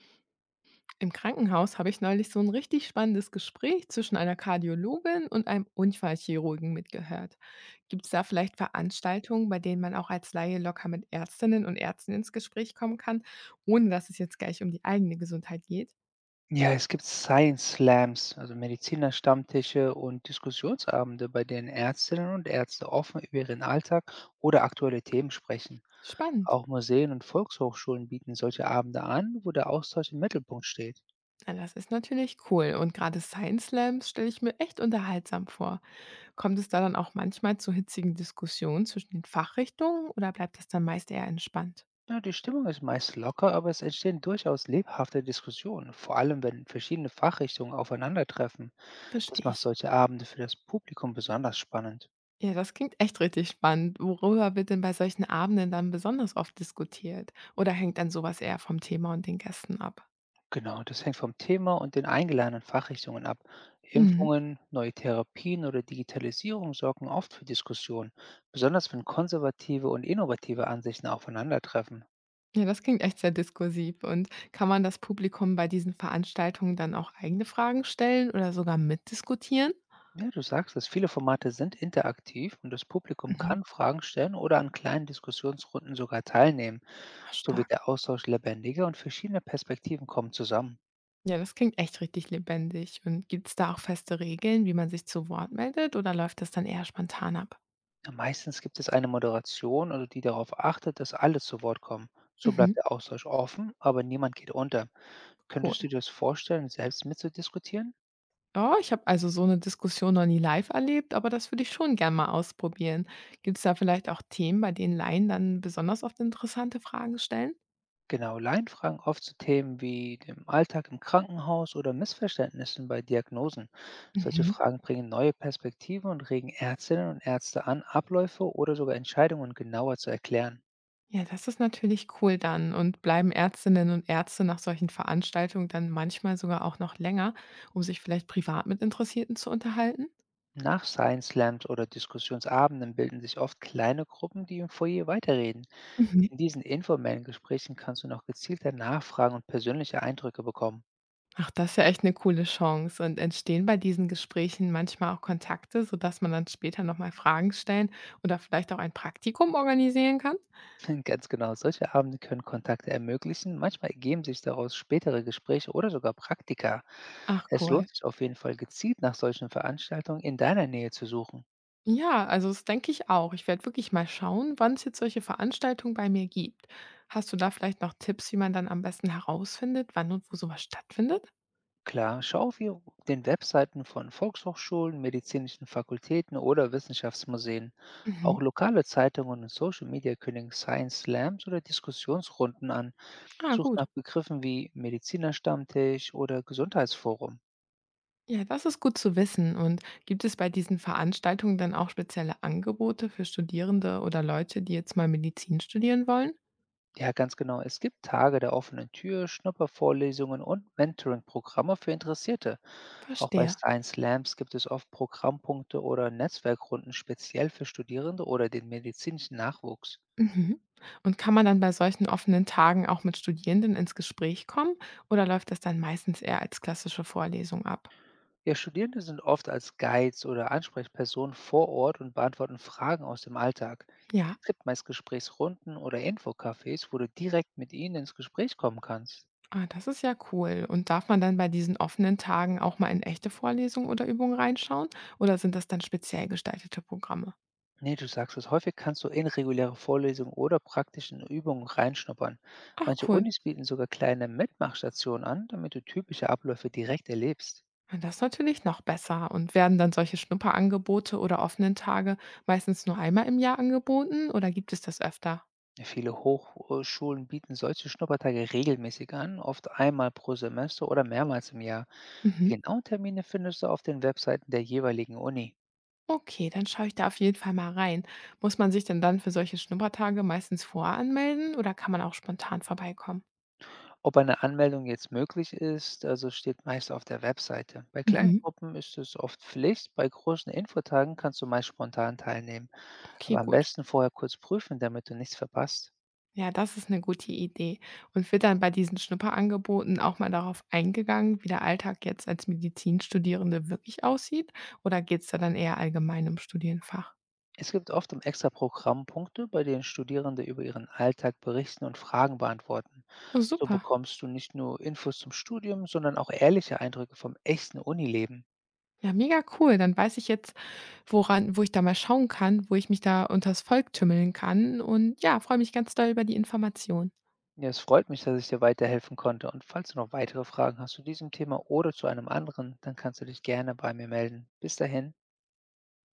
Im Krankenhaus habe ich neulich so ein richtig spannendes Gespräch zwischen einer Kardiologin und einem Unfallchirurgen mitgehört. Gibt es da vielleicht Veranstaltungen, bei denen man auch als Laie locker mit Ärztinnen und Ärzten ins Gespräch kommen kann, ohne dass es jetzt gleich um die eigene Gesundheit geht? Ja, es gibt Science Slams, also Medizinerstammtische und Diskussionsabende, bei denen Ärztinnen und Ärzte offen über ihren Alltag oder aktuelle Themen sprechen. Spannend. Auch Museen und Volkshochschulen bieten solche Abende an, wo der Austausch im Mittelpunkt steht. Na, das ist natürlich cool. Und gerade Science Slams stelle ich mir echt unterhaltsam vor. Kommt es da dann auch manchmal zu hitzigen Diskussionen zwischen den Fachrichtungen oder bleibt das dann meist eher entspannt? Ja, die Stimmung ist meist locker, aber es entstehen durchaus lebhafte Diskussionen, vor allem wenn verschiedene Fachrichtungen aufeinandertreffen. Das Verstehe macht ich. solche Abende für das Publikum besonders spannend. Ja, das klingt echt richtig spannend. Worüber wird denn bei solchen Abenden dann besonders oft diskutiert? Oder hängt dann sowas eher vom Thema und den Gästen ab? Genau, das hängt vom Thema und den eingeladenen Fachrichtungen ab. Mhm. Impfungen, neue Therapien oder Digitalisierung sorgen oft für Diskussionen, besonders wenn konservative und innovative Ansichten aufeinandertreffen. Ja, das klingt echt sehr diskursiv. Und kann man das Publikum bei diesen Veranstaltungen dann auch eigene Fragen stellen oder sogar mitdiskutieren? Ja, du sagst es, viele Formate sind interaktiv und das Publikum Mhm. kann Fragen stellen oder an kleinen Diskussionsrunden sogar teilnehmen. Ah, So wird stark. der Austausch lebendiger und verschiedene Perspektiven kommen zusammen. Ja, das klingt echt richtig lebendig. Und gibt es da auch feste Regeln, wie man sich zu Wort meldet oder läuft das dann eher spontan ab? Ja, meistens gibt es eine Moderation, also die darauf achtet, dass alle zu Wort kommen. So Mhm. bleibt der Austausch offen, aber niemand geht unter. Cool. Könntest du dir das vorstellen, selbst mitzudiskutieren? Oh, ich habe also so eine Diskussion noch nie live erlebt, aber das würde ich schon gern mal ausprobieren. Gibt es da vielleicht auch Themen, bei denen Laien dann besonders oft interessante Fragen stellen? Genau, Laien fragen oft zu Themen wie dem Alltag im Krankenhaus oder Missverständnissen bei Diagnosen. Solche Mhm. Fragen bringen neue Perspektiven und regen Ärztinnen und Ärzte an, Abläufe oder sogar Entscheidungen genauer zu erklären. Ja, das ist natürlich cool dann. Und bleiben Ärztinnen und Ärzte nach solchen Veranstaltungen dann manchmal sogar auch noch länger, um sich vielleicht privat mit Interessierten zu unterhalten? Nach Science Slams oder Diskussionsabenden bilden sich oft kleine Gruppen, die im Foyer weiterreden. Mhm. In diesen informellen Gesprächen kannst du noch gezielter nachfragen und persönliche Eindrücke bekommen. Ach, das ist ja echt eine coole Chance. Und entstehen bei diesen Gesprächen manchmal auch Kontakte, sodass man dann später noch mal Fragen stellen oder vielleicht auch ein Praktikum organisieren kann? Ganz genau, solche Abende können Kontakte ermöglichen. Manchmal ergeben sich daraus spätere Gespräche oder sogar Praktika. Ach Es lohnt cool. sich auf jeden Fall gezielt nach solchen Veranstaltungen in deiner Nähe zu suchen. Ja, also das denke ich auch. Ich werde wirklich mal schauen, wann es jetzt solche Veranstaltungen bei mir gibt. Hast du da vielleicht noch Tipps, wie man dann am besten herausfindet, wann und wo sowas stattfindet? Klar, schau auf den Webseiten von Volkshochschulen, medizinischen Fakultäten oder Wissenschaftsmuseen. Mhm. Auch lokale Zeitungen und Social Media kündigen Science Slams oder Diskussionsrunden an. Ah, Such nach gut. Begriffen wie Medizinerstammtisch oder Gesundheitsforum. Ja, das ist gut zu wissen. Und gibt es bei diesen Veranstaltungen dann auch spezielle Angebote für Studierende oder Leute, die jetzt mal Medizin studieren wollen? Ja, ganz genau. Es gibt Tage der offenen Tür, Schnuppervorlesungen und Mentoring-Programme für Interessierte. Auch bei Verstehe. Science Labs gibt es oft Programmpunkte oder Netzwerkrunden speziell für Studierende oder den medizinischen Nachwuchs. Mhm. Und kann man dann bei solchen offenen Tagen auch mit Studierenden ins Gespräch kommen oder läuft das dann meistens eher als klassische Vorlesung ab? Ja, Studierende sind oft als Guides oder Ansprechpersonen vor Ort und beantworten Fragen aus dem Alltag. Es Ja. gibt meist Gesprächsrunden oder Infocafés, wo du direkt mit ihnen ins Gespräch kommen kannst. Ah, das ist ja cool. Und darf man dann bei diesen offenen Tagen auch mal in echte Vorlesungen oder Übungen reinschauen? Oder sind das dann speziell gestaltete Programme? Nee, du sagst es. Häufig kannst du in reguläre Vorlesungen oder praktischen Übungen reinschnuppern. Ach Manche cool. Unis bieten sogar kleine Mitmachstationen an, damit du typische Abläufe direkt erlebst. Na, das ist natürlich noch besser. Und werden dann solche Schnupperangebote oder offenen Tage meistens nur einmal im Jahr angeboten oder gibt es das öfter? Ja, viele Hochschulen bieten solche Schnuppertage regelmäßig an, oft einmal pro Semester oder mehrmals im Jahr. Die Mhm. genauen Termine findest du auf den Webseiten der jeweiligen Uni. Okay, dann schaue ich da auf jeden Fall mal rein. Muss man sich denn dann für solche Schnuppertage meistens voranmelden oder kann man auch spontan vorbeikommen? Ob eine Anmeldung jetzt möglich ist, also steht meist auf der Webseite. Bei kleinen Mhm. Gruppen ist es oft Pflicht, bei großen Infotagen kannst du meist spontan teilnehmen. Okay, Aber am gut. besten vorher kurz prüfen, damit du nichts verpasst. Ja, das ist eine gute Idee. Und wird dann bei diesen Schnupperangeboten auch mal darauf eingegangen, wie der Alltag jetzt als Medizinstudierende wirklich aussieht? Oder geht's da dann eher allgemein um Studienfach? Es gibt oft im Extra-Programm Punkte, bei denen Studierende über ihren Alltag berichten und Fragen beantworten. Oh, So super. bekommst du nicht nur Infos zum Studium, sondern auch ehrliche Eindrücke vom echten Unileben. Ja, mega cool. Dann weiß ich jetzt, woran wo ich da mal schauen kann, wo ich mich da unters Volk tümmeln kann und ja, freue mich ganz doll über die Information. Ja, es freut mich, dass ich dir weiterhelfen konnte. Und falls du noch weitere Fragen hast zu diesem Thema oder zu einem anderen, dann kannst du dich gerne bei mir melden. Bis dahin.